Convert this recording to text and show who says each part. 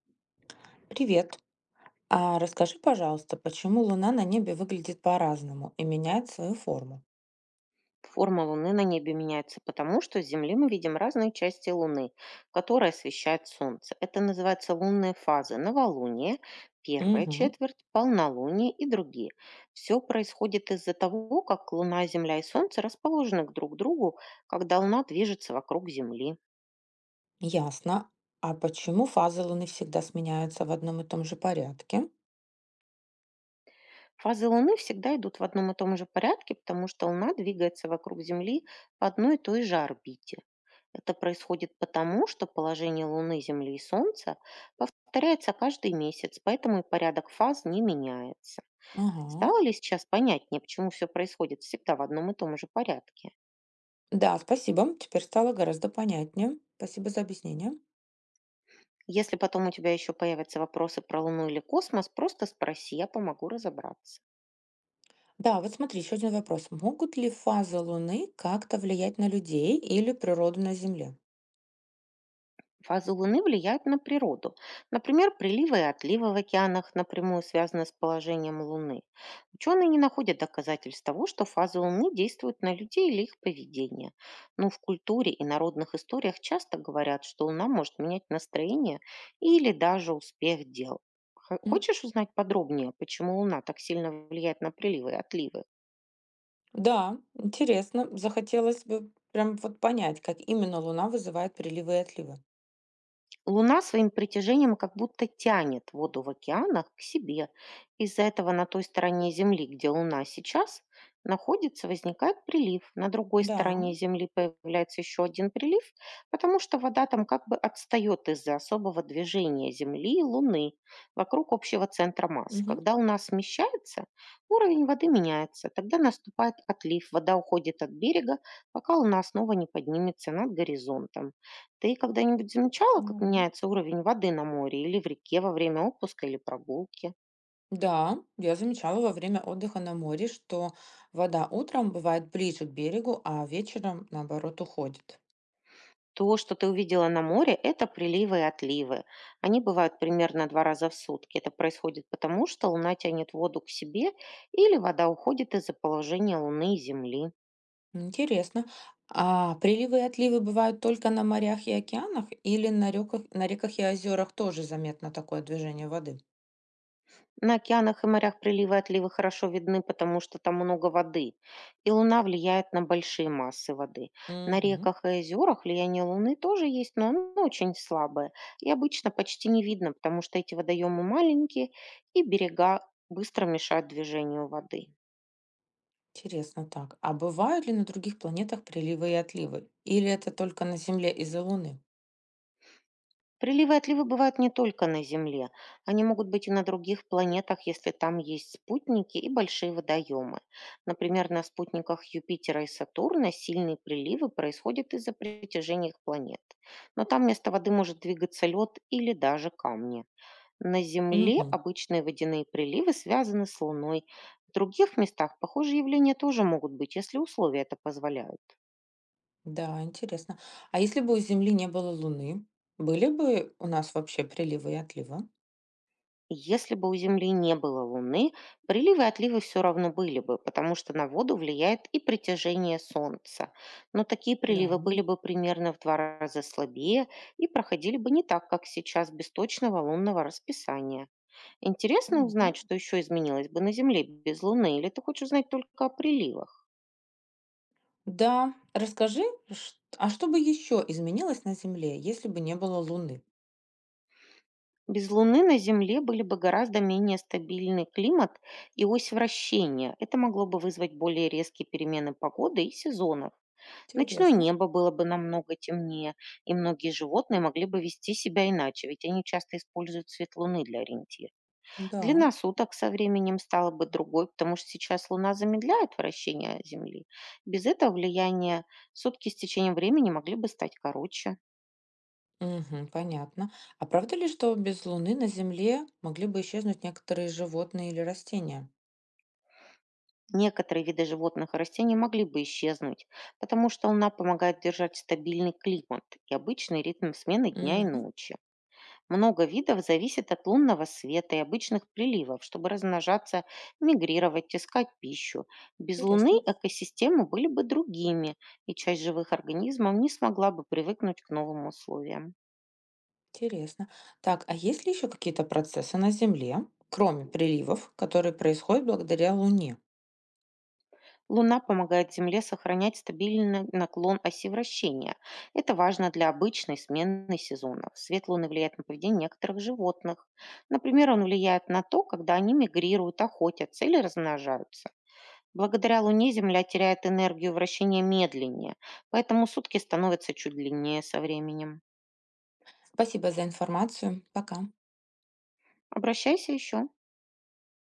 Speaker 1: Привет. А расскажи, пожалуйста, почему Луна на небе выглядит по-разному и меняет свою форму?
Speaker 2: Форма Луны на небе меняется потому, что с Земли мы видим разные части Луны, которые освещает Солнце. Это называется лунные фазы, новолуние, первая
Speaker 1: Угу,
Speaker 2: четверть, полнолуние и другие. Все происходит из-за того, как Луна, Земля и Солнце расположены друг к другу, когда Луна движется вокруг Земли.
Speaker 1: ясно. А почему фазы Луны всегда сменяются в одном и том же порядке?
Speaker 2: Фазы Луны всегда идут в одном и том же порядке, потому что Луна двигается вокруг Земли по одной и той же орбите. Это происходит потому, что положение Луны, Земли и Солнца повторяется каждый месяц, поэтому и порядок фаз не меняется.
Speaker 1: Ага.
Speaker 2: Стало ли сейчас понятнее, почему все происходит всегда в одном и том же порядке?
Speaker 1: Да, спасибо. Теперь стало гораздо понятнее. Спасибо за объяснение.
Speaker 2: Если потом у тебя еще появятся вопросы про Луну или космос, просто спроси, я помогу разобраться.
Speaker 1: Да, вот смотри, еще один вопрос. Могут ли фазы Луны как-то влиять на людей или природу на Земле?
Speaker 2: Фазы Луны влияют на природу. Например, приливы и отливы в океанах напрямую связаны с положением Луны. Ученые не находят доказательств того, что фазы Луны действуют на людей или их поведение. Но в культуре и народных историях часто говорят, что Луна может менять настроение или даже успех дел.
Speaker 1: М,
Speaker 2: Хочешь узнать подробнее, почему Луна так сильно влияет на приливы и отливы?
Speaker 1: Да, интересно. Захотелось бы прям вот понять, как именно Луна вызывает приливы и отливы.
Speaker 2: Луна своим притяжением как будто тянет воду в океанах к себе. Из-за этого на той стороне Земли, где Луна сейчас находится, возникает прилив. На другой
Speaker 1: Да.
Speaker 2: стороне Земли появляется еще один прилив, потому что вода там как бы отстает из-за особого движения Земли и Луны вокруг общего центра масс.
Speaker 1: Мгм.
Speaker 2: Когда Луна смещается, уровень воды меняется. Тогда наступает отлив, вода уходит от берега, пока Луна снова не поднимется над горизонтом. Ты когда-нибудь замечала, как
Speaker 1: Да.
Speaker 2: меняется уровень воды на море или в реке во время отпуска или прогулки?
Speaker 1: Да, я замечала во время отдыха на море, что вода утром бывает ближе к берегу, а вечером, наоборот, уходит.
Speaker 2: То, что ты увидела на море, это приливы и отливы. Они бывают примерно два раза в сутки. Это происходит потому, что Луна тянет воду к себе или вода уходит из-за положения Луны и Земли.
Speaker 1: Интересно. А приливы и отливы бывают только на морях и океанах или на реках и озерах тоже заметно такое движение воды?
Speaker 2: На океанах и морях приливы и отливы хорошо видны, потому что там много воды, и луна влияет на большие массы воды. На
Speaker 1: Мгм.
Speaker 2: реках и озерах влияние луны тоже есть, но оно очень слабое, и обычно почти не видно, потому что эти водоемы маленькие, и берега быстро мешают движению воды.
Speaker 1: Интересно так. А бывают ли на других планетах приливы и отливы? Или это только на Земле из-за Луны?
Speaker 2: Приливы и отливы бывают не только на Земле. Они могут быть и на других планетах, если там есть спутники и большие водоемы. Например, на спутниках Юпитера и Сатурна сильные приливы происходят из-за притяжения их планет. Но там вместо воды может двигаться лед или даже камни. На Земле
Speaker 1: Мгм.
Speaker 2: обычные водяные приливы связаны с Луной. В других местах похожие явления тоже могут быть, если условия это позволяют.
Speaker 1: Да, интересно. А если бы у Земли не было Луны, были бы у нас вообще приливы и отливы?
Speaker 2: Если бы у Земли не было Луны, приливы и отливы все равно были бы, потому что на воду влияет и притяжение Солнца. Но такие
Speaker 1: Да,
Speaker 2: приливы были бы примерно в два раза слабее и проходили бы не так, как сейчас, без точного лунного расписания. Интересно
Speaker 1: понятно.
Speaker 2: узнать, что еще изменилось бы на Земле без Луны, или ты хочешь узнать только о приливах?
Speaker 1: Да, расскажи, а что бы еще изменилось на Земле, если бы не было Луны?
Speaker 2: Без Луны на Земле были бы гораздо менее стабильный климат и ось вращения. Это могло бы вызвать более резкие перемены погоды и сезонов. Ночное
Speaker 1: Интересно.
Speaker 2: небо было бы намного темнее, и многие животные могли бы вести себя иначе, ведь они часто используют свет Луны для ориентира.
Speaker 1: Да.
Speaker 2: Длина суток со временем стала бы другой, потому что сейчас Луна замедляет вращение Земли. Без этого влияния сутки с течением времени могли бы стать короче.
Speaker 1: Мгм, понятно. А правда ли, что без Луны на Земле могли бы исчезнуть некоторые животные или растения?
Speaker 2: Некоторые виды животных и растений могли бы исчезнуть, потому что Луна помогает держать стабильный климат и обычный ритм смены дня и
Speaker 1: Мгм.
Speaker 2: ночи. Много видов зависит от лунного света и обычных приливов, чтобы размножаться, мигрировать, искать пищу. Без Луны
Speaker 1: Интересно.
Speaker 2: экосистемы были бы другими, и часть живых организмов не смогла бы привыкнуть к новым условиям.
Speaker 1: Интересно. Так, а есть ли еще какие-то процессы на Земле, кроме приливов, которые происходят благодаря Луне?
Speaker 2: Луна помогает Земле сохранять стабильный наклон оси вращения. Это важно для обычной смены сезонов. Свет Луны влияет на поведение некоторых животных. Например, он влияет на то, когда они мигрируют, охотятся или размножаются. Благодаря Луне Земля теряет энергию вращения медленнее, поэтому сутки становятся чуть длиннее со временем.
Speaker 1: Спасибо за информацию. Пока.
Speaker 2: Обращайся еще.